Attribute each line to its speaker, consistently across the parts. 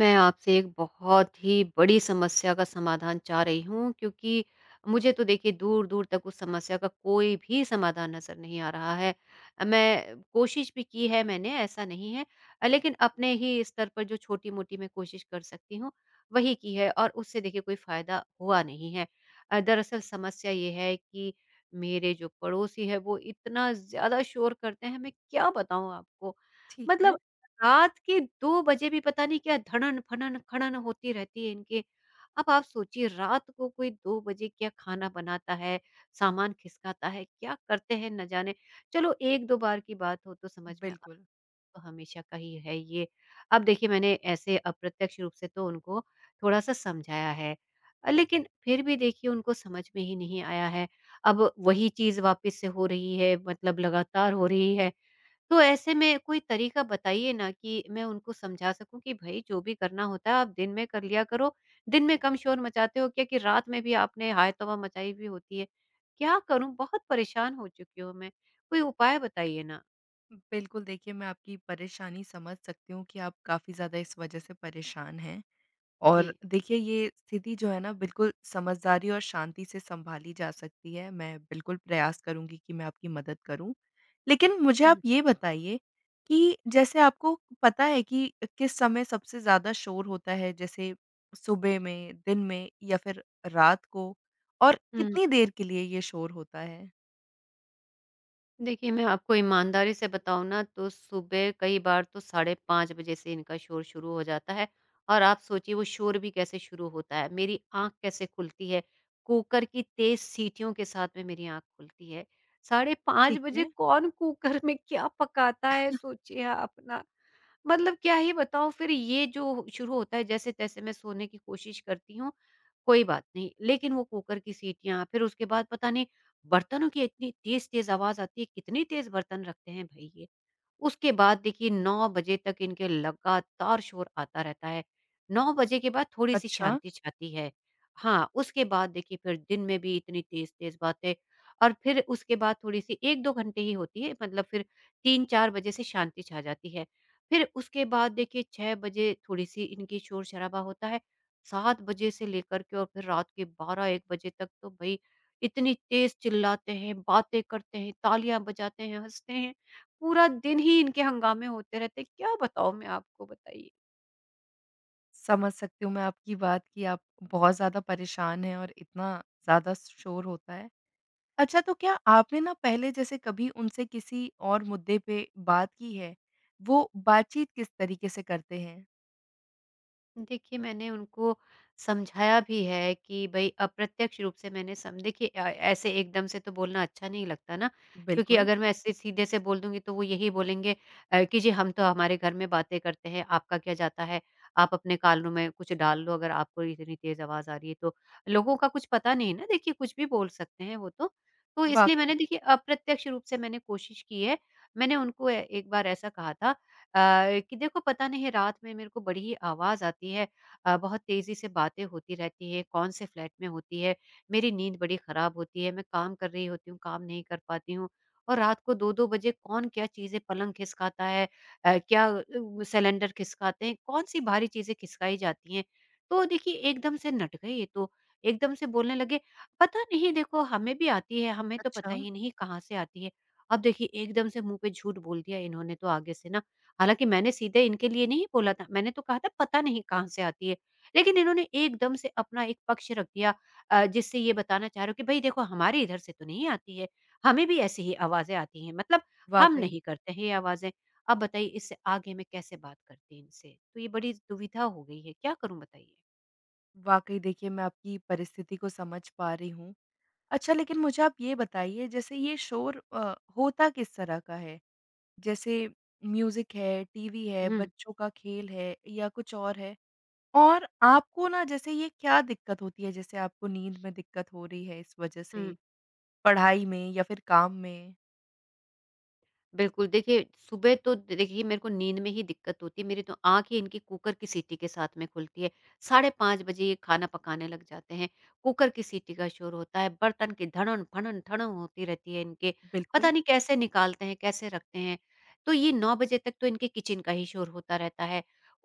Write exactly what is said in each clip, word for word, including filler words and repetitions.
Speaker 1: मैं आपसे एक बहुत ही बड़ी समस्या का समाधान चाह रही हूँ क्योंकि मुझे तो देखिए दूर-दूर तक उस समस्या का कोई भी समाधान नज़र नहीं आ रहा है। अ, मैं कोशिश भी की है मैंने ऐसा नहीं है। अ, लेकिन अपने ही स्तर पर जो छोटी-मोटी मैं कोशिश कर सकती हूँ, वही की है और उससे देखिए कोई फ़ायदा हुआ नहीं है। अ, दरअसल समस्या ये है कि मेरे जो पड़ोसी हैं वो इतना ज़्यादा शोर करते हैं मैं क्या बताऊँ आपको?
Speaker 2: ठीक
Speaker 1: मतलब
Speaker 2: है।
Speaker 1: रात के दो बजे भी पता नहीं क्या धड़न-फड़न, खड़न होती रहती है इनके। अब आप सोचिए रात को कोई दो बजे क्या खाना बनाता है, सामान खिसकाता है, क्या करते हैं न जाने। चलो एक दो बार की बात हो तो समझ में अब
Speaker 2: बिल्कुल।
Speaker 1: तो हमेशा का ही है ये। अब देखिए मैंने ऐसे अप्रत्यक्ष रूप से तो उनको थोड़ा-सा समझाया है। अ, लेकिन फिर भी देखिए उनको समझ में ही नहीं आया है। अब वही चीज़ वापस से हो रही है मतलब लगातार हो रही है। तो ऐसे में कोई तरीका बताइए ना कि मैं उनको समझा सकूँ कि भई जो भी करना होता है आप दिन में कर लिया करो। दिन में कम शोर मचाते हो क्या कि रात में भी आपने हाय-तौबा मचाई हुई होती है। क्या करूँ? बहुत परेशान हो चुकी हूँ मैं। कोई उपाय बताइए ना।
Speaker 2: बिल्कुल, देखिए मैं आपकी परेशानी समझ सकती हूँ कि आप काफ़ी ज़्यादा इस वजह से परेशान हैं। और
Speaker 1: जी।
Speaker 2: देखिए ये स्थिति जो है ना बिल्कुल समझदारी और शांति से सँभाली जा सकती है। मैं बिल्कुल प्रयास करूँगी कि मैं आपकी मदद करूँ। लेकिन मुझे आप
Speaker 1: हुँ।
Speaker 2: ये बताइए कि जैसे आपको पता है कि किस समय सबसे ज़्यादा शोर होता है? जैसे सुबह में, दिन में या फिर रात को? और
Speaker 1: हुँ।
Speaker 2: कितनी देर के लिए ये शोर होता है?
Speaker 1: देखिए, मैं आपको ईमानदारी से बताऊँ ना तो सुबह कई बार तो साढ़े पाँच बजे से इनका शोर शुरू हो जाता है और आप सोचिए वो शोर भी कैसे शुरू होता है, मेरी आँख कैसे खुलती है, कुकर की तेज़ सीटियों के साथ में मेरी आँख खुलती है। साढ़े पाँच
Speaker 2: ठीक
Speaker 1: बजे
Speaker 2: है।
Speaker 1: कौन कुकर में क्या पकाता है सोचिए आप ना। मतलब क्या ही बताऊँ फिर ये जो शुरू होता है जैसे-तैसे मैं सोने की कोशिश करती हूँ, कोई बात नहीं। लेकिन वो कुकर की सीटियाँ, फिर उसके बाद पता नहीं बर्तनों की इतनी तेज़-तेज़ आवाज़ आती है, कितने तेज़ बर्तन रखते हैं भई ये। उसके बाद देखिए नौ बजे तक इनके लगातार शोर आता रहता है। नौ बजे के बाद थोड़ी-सी
Speaker 2: अच्छा।
Speaker 1: शांति छाती है। हाँ, उसके बाद देखिए फिर दिन में भी इतनी तेज़-तेज़ बातें और फिर उसके बाद थोड़ी-सी एक दो घंटे ही होती है मतलब फिर तीन चार बजे से शांति छा जाती है। फिर उसके बाद देखिए छह बजे थोड़ी-सी इनकी शोर-शराबा होता है। सात बजे से लेकर के और फिर रात के बारह एक बजे तक तो भई इतनी तेज़ चिल्लाते हैं, बातें करते हैं, तालियाँ बजाते हैं, हँसते हैं। पूरा दिन ही इनके हंगामे होते रहते हैं, क्या बताऊँ मैं आपको बताइए?
Speaker 2: समझ सकती हूँ मैं आपकी बात कि आप बहुत ज़्यादा परेशान हैं और इतना ज़्यादा शोर होता है। अच्छा, तो क्या आपने ना पहले जैसे कभी उनसे किसी और मुद्दे पे बात की है? वो बातचीत किस तरीके से करते हैं?
Speaker 1: देखिए, मैंने उनको समझाया भी है कि भई अप्रत्यक्ष रूप से मैंने सम देखिए अ, ऐसे एकदम से तो बोलना अच्छा नहीं लगता ना, क्योंकि
Speaker 2: बिल्कुल,
Speaker 1: अगर मैं ऐसे सीधे से बोल दूँगी तो वो यही बोलेंगे अ, कि जी हम तो हमारे घर में बातें करते हैं, आपका क्या जाता है? आप अपने कानों में कुछ डाल लो अगर आपको इतनी तेज़ आवाज़ आ रही है तो। लोगों का कुछ पता नहीं है ना देखिए, कुछ भी बोल सकते हैं वो तो। तो इसलिए मैंने
Speaker 2: वाक़ई।
Speaker 1: देखिए अप्रत्यक्ष रूप से मैंने कोशिश की है। मैंने उनको ए एक बार ऐसा कहा था, अ, कि देखो पता नहीं रात में मेरे को बड़ी ही आवाज़ आती है, अ, बहुत तेज़ी से बातें होती रहती है, कौन से फ्लैट में होती है, मेरी नींद बड़ी ख़राब होती है, मैं काम कर रही होती हूँ, काम नहीं कर पाती हूँ और रात को दो दो बजे कौन क्या चीज़ें पलंग खिसकाता है, अ, क्या अ, सिलेंडर खिसकाते हैं, कौन-सी भारी चीज़ें खिसकाई जाती हैं। तो देखिए एकदम से नट गए ये तो, एकदम से बोलने लगे पता नहीं देखो हमें भी आती है, हमें तो पता
Speaker 2: अच्छा,
Speaker 1: ही नहीं कहाँ से आती है। अब देखिए एकदम से मुँह पे झूठ बोल दिया इन्होंने तो आगे से ना हालाँकि मैंने सीधे इनके लिए नहीं बोला था, मैंने तो कहा था पता नहीं कहाँ से आती है। लेकिन इन्होंने एकदम से अपना एक पक्ष रख दिया, अ, जिससे ये बताना चाह रहे हो कि भई देखो हमारे इधर से तो नहीं आती है, हमें भी ऐसी ही आवाज़ें आती हैं, मतलब हम
Speaker 2: वाक़ई।
Speaker 1: नहीं करते हैं ये आवाज़ें। अब बताइए इससे आगे मैं कैसे बात करती इनसे? तो ये बड़ी दुविधा हो गई है, क्या करूँ बताइए?
Speaker 2: वाक़ई देखिए मैं आपकी परिस्थिति को समझ पा रही हूँ। अच्छा, लेकिन मुझे आप ये बताइए जैसे ये शोर अ, होता किस तरह का है? जैसे म्यूज़िक है, टीवी है,
Speaker 1: हुँ,
Speaker 2: बच्चों का खेल है या कुछ और है? और आपको ना जैसे ये क्या दिक्कत होती है? जैसे आपको नींद में दिक्कत हो रही है इस वज़ह से,
Speaker 1: हुँ।
Speaker 2: पढ़ाई में या फिर काम में?
Speaker 1: बिल्कुल, देखिए सुबह तो देखिए मेरे को नींद में ही दिक्कत होती है, मेरी तो आँख ही इनकी कुकर की सीटी के साथ में खुलती है। साढ़े पाँच बजे ये खाना पकाने लग जाते हैं, कुकर की सीटी का शोर होता है, बर्तन की धड़न-फड़न, ठड़ं होती रहती है इनके, पता
Speaker 2: बिल्कुल,
Speaker 1: नहीं कैसे निकालते हैं, कैसे रखते हैं। तो ये नौ बजे तक तो इनके किचन का ही शोर होता रहता है।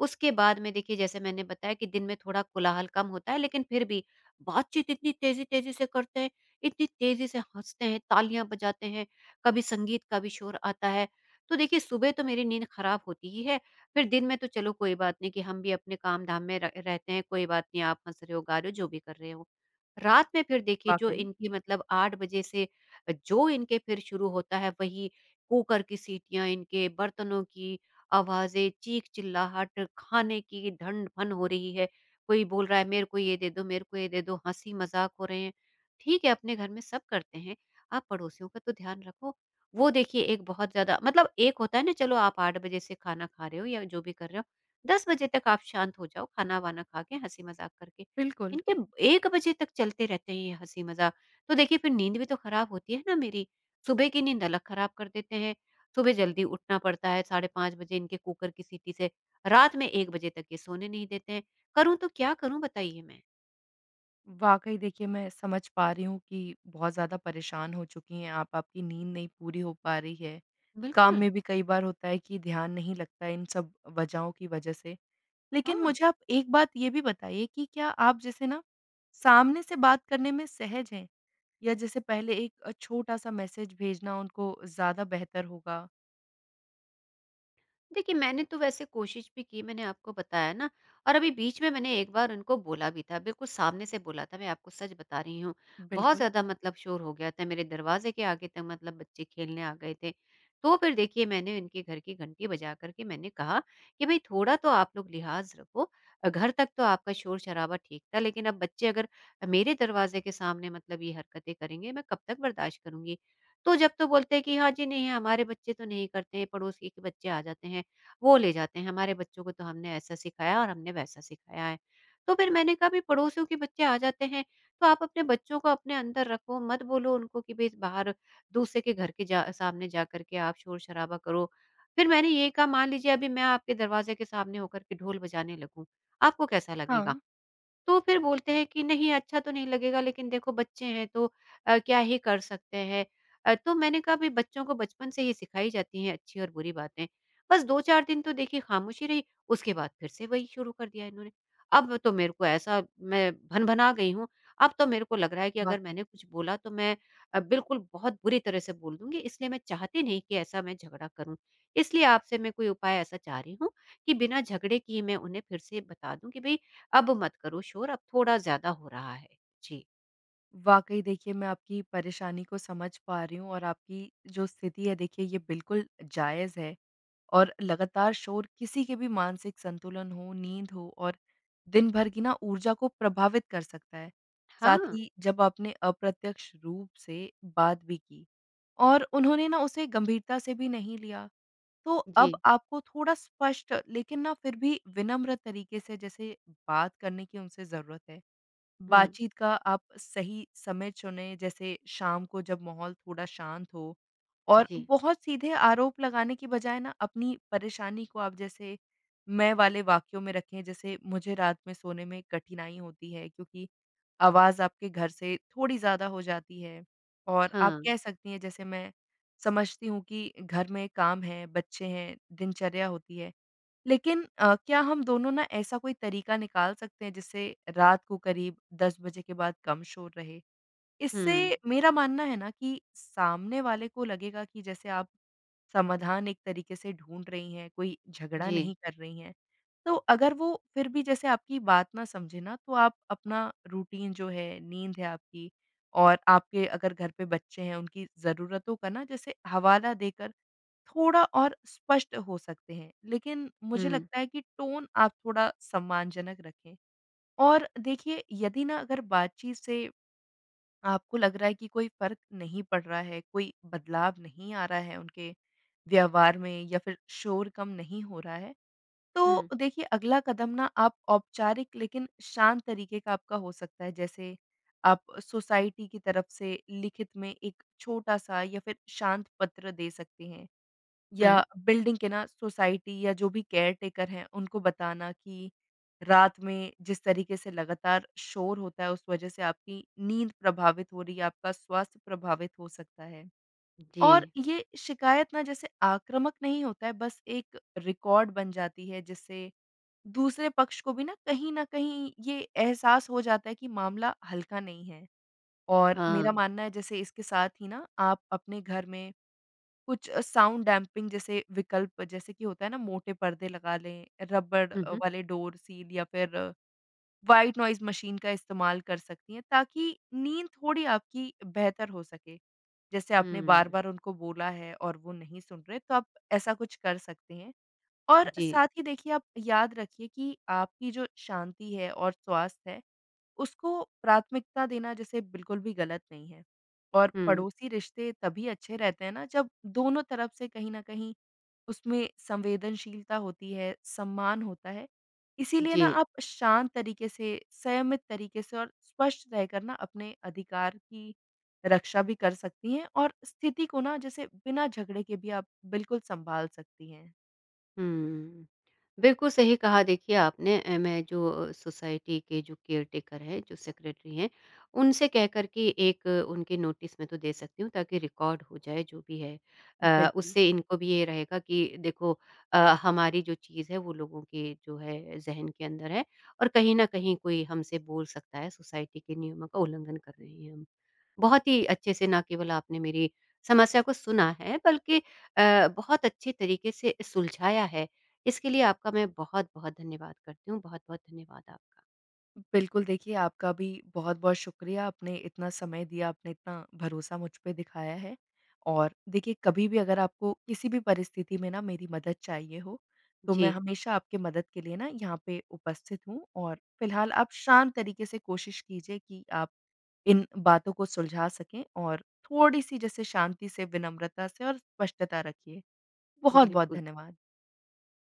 Speaker 1: उसके बाद में देखिए जैसे मैंने बताया कि दिन में थोड़ा कोलाहल कम होता है, लेकिन फिर भी बातचीत इतनी तेज़ी-तेज़ी से करते हैं, इतनी तेज़ी से हँसते हैं, तालियाँ बजाते हैं, कभी संगीत का भी शोर आता है। तो देखिए सुबह तो मेरी नींद खराब होती ही है, फिर दिन में तो चलो कोई बात नहीं कि हम भी अपने काम-धाम में र रहते हैं, कोई बात नहीं आप हँस रहे हो, गा रहे हो, जो भी कर रहे हो। रात में फिर देखिए जो
Speaker 2: वाक़ई।
Speaker 1: इनकी मतलब आठ बजे से जो इनके फिर शुरू होता है वही कुकर की सीटियाँ, इनके बर्तनों की आवाज़ें, चीख-चिल्लाहट, खाने की ढन-ढन हो रही है। कोई बोल रहा है मेरे को ये दे दो, मेरे को ये दे दो, हँसी-मज़ाक हो रहे हैं। ठीक है, अपने घर में सब करते हैं, आप पड़ोसियों का तो ध्यान रखो। वो देखिए एक बहुत ज़्यादा मतलब एक होता है ना चलो आप आठ बजे से खाना खा रहे हो या जो भी कर रहे हो, दस बजे तक आप शांत हो जाओ खाना-वाना खा के हँसी-मज़ाक करके।
Speaker 2: बिल्कुल,
Speaker 1: इनके एक बजे तक चलते रहते हैं ये हँसी-मज़ाक। तो देखिए फिर नींद भी तो खराब होती है ना मेरी। सुबह की नींद अलग खराब कर देते हैं। सुबह जल्दी उठना पड़ता है साढ़े पाँच बजे इनके कुकर की सीटी से। रात में एक बजे तक ये सोने नहीं देते हैं। करूँ तो क्या करूँ बताइए मैं?
Speaker 2: वाक़ई देखिए मैं समझ पा रही हूँ कि बहुत ज़्यादा परेशान हो चुकी हैं आप, आपकी नींद नहीं पूरी हो पा रही है। काम
Speaker 1: बिल्कुल,
Speaker 2: में भी कई बार होता है कि ध्यान नहीं लगता है, इन सब वजहों की वज़ह से। लेकिन
Speaker 1: हाँ।
Speaker 2: मुझे आप एक बात ये भी बताइए कि क्या आप जैसे ना सामने से बात करने में सहज हैं? या जैसे पहले एक अ, छोटा-सा मैसेज भेजना उनको ज़्यादा बेहतर होगा?
Speaker 1: देखिए, मैंने तो वैसे कोशिश भी की, मैंने आपको बताया ना और अभी बीच में मैंने एक बार उनको बोला भी था, बिल्कुल सामने से बोला था, मैं आपको सच बता रही हूँ। बहुत
Speaker 2: बिल्कुल।
Speaker 1: ज़्यादा मतलब शोर हो गया था, मेरे दरवाज़े के आगे तक मतलब बच्चे खेलने आ गए थे। तो फिर देखिए, मैंने इनके घर की घंटी बजा कर के मैंने कहा कि भई थोड़ा तो आप लोग लिहाज़ रखो। अ, घर तक तो आपका शोर-शराबा ठीक था, लेकिन अब बच्चे अगर मेरे दरवाज़े के सामने मतलब ये हरकतें करेंगे, मैं कब तक बर्दाश्त करूँगी? तो जब तो बोलते हैं कि हाँ जी, नहीं हमारे बच्चे तो नहीं करते हैं, पड़ोसी के बच्चे आ जाते हैं। वो ले जाते हैं, हमारे बच्चों को तो हमने ऐसा सिखाया और हमने वैसा सिखाया है। तो फिर मैंने कहा भी पड़ोसियों के बच्चे आ जाते हैं, तो आप अपने बच्चों को अपने अंदर रखो, मत बोलो उनको कि भई बाहर दूसरे के घर के जा सामने जा कर के आप शोर-शराबा करो। फिर मैंने ये कहा मान लीजिए अभी मैं आपके दरवाज़े के सामने होकर के ढोल बजाने लगूँ, आपको कैसा
Speaker 2: हाँ,
Speaker 1: लगेगा? तो फिर बोलते हैं कि नहीं अच्छा तो नहीं लगेगा लेकिन देखो बच्चे हैं तो अ, क्या ही कर सकते हैं। अ, तो मैंने कहा भई बच्चों को बचपन से ही सिखाई जाती हैं अच्छी और बुरी बातें। बस दो चार दिन तो देखिए खामोशी रही, उसके बाद फिर से वही शुरू कर दिया इन्होंने। अब तो मेरे को ऐसा मैं भन-भना गई हूँ, अब तो मेरे को लग रहा है कि अगर
Speaker 2: वाक़ई।
Speaker 1: मैंने कुछ बोला तो मैं अ, बिल्कुल बहुत बुरी तरह से बोल दूँगी इसलिए मैं चाहती नहीं कि ऐसा मैं झगड़ा करूँ। इसलिए आपसे मैं कोई उपाय ऐसा चाह रही हूँ कि बिना झगड़े किए मैं उन्हें फिर से बता दूँ कि भई अब मत करो शोर, अब थोड़ा ज़्यादा हो रहा है। जी।
Speaker 2: वाक़ई देखिए मैं आपकी परेशानी को समझ पा रही हूँ और आपकी जो स्थिति है देखिए ये बिल्कुल जायज़ है। और लगातार शोर किसी के भी मानसिक संतुलन हो, नींद हो और दिन भर की ना ऊर्जा को प्रभावित कर सकता है। साथ
Speaker 1: हाँ,
Speaker 2: ही जब आपने अप्रत्यक्ष रूप से बात भी की और उन्होंने ना उसे गंभीरता से भी नहीं लिया, तो अब
Speaker 1: जी।
Speaker 2: आपको थोड़ा स्पष्ट लेकिन ना फिर भी विनम्र तरीके से जैसे बात करने की उनसे ज़रूरत है।
Speaker 1: हुँ,
Speaker 2: बातचीत का आप सही समय चुनें, जैसे शाम को जब माहौल थोड़ा शांत हो, और
Speaker 1: जी।
Speaker 2: बहुत सीधे आरोप लगाने की बजाय ना अपनी परेशानी को आप जैसे मैं वाले वाक्यों में रखें, जैसे मुझे रात में सोने में कठिनाई होती है क्योंकि आवाज़ आपके घर से थोड़ी ज़्यादा हो जाती है, और आप
Speaker 1: हाँ,
Speaker 2: कह सकती हैं जैसे मैं समझती हूँ कि घर में काम है, बच्चे हैं, दिनचर्या होती है। लेकिन अ, क्या हम दोनों ना ऐसा कोई तरीका निकाल सकते हैं जिससे रात को करीब दस बजे के बाद कम शोर रहे?
Speaker 1: हुँ,
Speaker 2: इससे मेरा मानना है ना कि सामने वाले को लगेगा कि जैसे आप समाधान एक तरीके से ढूँढ रही हैं, कोई झगड़ा
Speaker 1: जी।
Speaker 2: नहीं कर रही हैं। तो अगर वो फिर भी जैसे आपकी बात ना समझे ना, तो आप अपना रूटीन जो है, नींद है आपकी, और आपके अगर घर पे बच्चे हैं, उनकी ज़रूरतों का ना जैसे हवाला देकर थोड़ा और स्पष्ट हो सकते हैं, लेकिन मुझे
Speaker 1: हुँ,
Speaker 2: लगता है कि टोन आप थोड़ा सम्मानजनक रखें। और देखिए यदि ना अगर बातचीत से आपको लग रहा है कि कोई फ़र्क नहीं पड़ रहा है, कोई बदलाव नहीं आ रहा है उनके व्यवहार में या फिर शोर कम नहीं हो रहा है, तो
Speaker 1: हुँ,
Speaker 2: देखिए अगला कदम ना आप औपचारिक लेकिन शांत तरीके का आपका हो सकता है। जैसे आप सोसाइटी की तरफ से लिखित में एक छोटा-सा या फिर शांत पत्र दे सकते हैं।
Speaker 1: हुँ,
Speaker 2: या बिल्डिंग के ना सोसाइटी या जो भी केयर टेकर हैं, उनको बताना कि रात में जिस तरीके से लगातार शोर होता है, उस वजह से आपकी नींद प्रभावित हो रही है, आपका स्वास्थ्य प्रभावित हो सकता है।
Speaker 1: जी।
Speaker 2: और ये शिकायत ना जैसे आक्रामक नहीं होता है, बस एक रिकॉर्ड बन जाती है, जिससे दूसरे पक्ष को भी ना कहीं न कहीं ये एहसास हो जाता है कि मामला हल्का नहीं है। और मेरा
Speaker 1: हाँ,
Speaker 2: मानना है जैसे इसके साथ ही ना आप अपने घर में कुछ अ, साउंड डैम्पिंग जैसे विकल्प, जैसे कि होता है ना मोटे पर्दे लगा लें, रबड़
Speaker 1: हुँ,
Speaker 2: अ,
Speaker 1: हुँ,
Speaker 2: वाले डोर सील या फिर व्हाइट नॉइज़ मशीन का इस्तेमाल कर सकती हैं, ताकि नींद थोड़ी आपकी बेहतर हो सके। जैसे आपने
Speaker 1: हुँ,
Speaker 2: बार-बार उनको बोला है और वो नहीं सुन रहे, तो आप ऐसा कुछ कर सकते हैं। और
Speaker 1: जी।
Speaker 2: साथ ही देखिए आप याद रखिए कि आपकी जो शांति है और स्वास्थ्य है उसको प्राथमिकता देना जैसे बिल्कुल भी गलत नहीं है। और
Speaker 1: हुँ,
Speaker 2: पड़ोसी रिश्ते तभी अच्छे रहते हैं ना जब दोनों तरफ से कहीं न कहीं उसमें संवेदनशीलता होती है, सम्मान होता है। इसीलिए
Speaker 1: जी।
Speaker 2: ना आप शांत तरीके से, संयमित तरीके से और स्पष्ट रहकर ना अपने अधिकार की रक्षा भी कर सकती हैं, और स्थिति को ना जैसे बिना झगड़े के भी आप बिल्कुल सँभाल सकती हैं।
Speaker 1: हुँ। बिल्कुल सही कहा देखिए आपने। अ, मैं जो अ, सोसाइटी के जो केयरटेकर हैं, जो सेक्रेटरी हैं, उनसे कह कर के एक अ, उनके नोटिस में तो दे सकती हूँ ताकि रिकॉर्ड हो जाए जो भी है। अ,
Speaker 2: बिल्कुल।
Speaker 1: उससे इनको भी ये रहेगा कि देखो अ, हमारी जो चीज़ है वो लोगों के जो है ज़हन के अंदर है और कहीं न कहीं कोई हमसे बोल सकता है सोसाइटी के नियमों का उल्लंघन कर रहे हैं हम। बहुत ही अच्छे से ना केवल आपने मेरी समस्या को सुना है बल्कि अ, बहुत अच्छे तरीके से सुलझाया है इसके लिए आपका मैं बहुत-बहुत धन्यवाद करती हूँ। बहुत-बहुत धन्यवाद आपका।
Speaker 2: बिल्कुल, देखिए आपका भी बहुत-बहुत शुक्रिया, आपने इतना समय दिया, आपने इतना भरोसा मुझ पे दिखाया है। और देखिए कभी भी अगर आपको किसी भी परिस्थिति में ना मेरी मदद चाहिए हो, तो मैं
Speaker 1: जी,
Speaker 2: हमेशा आपकी मदद के लिए ना यहाँ पे उपस्थित हूँ, और फिलहाल आप शांत तरीके से कोशिश कीजिए कि आप इन बातों को सुलझा सकें और थोड़ी-सी जैसे शांति से, विनम्रता से और स्पष्टता रखिए। बहुत-बहुत
Speaker 1: बिल्कुल।
Speaker 2: धन्यवाद।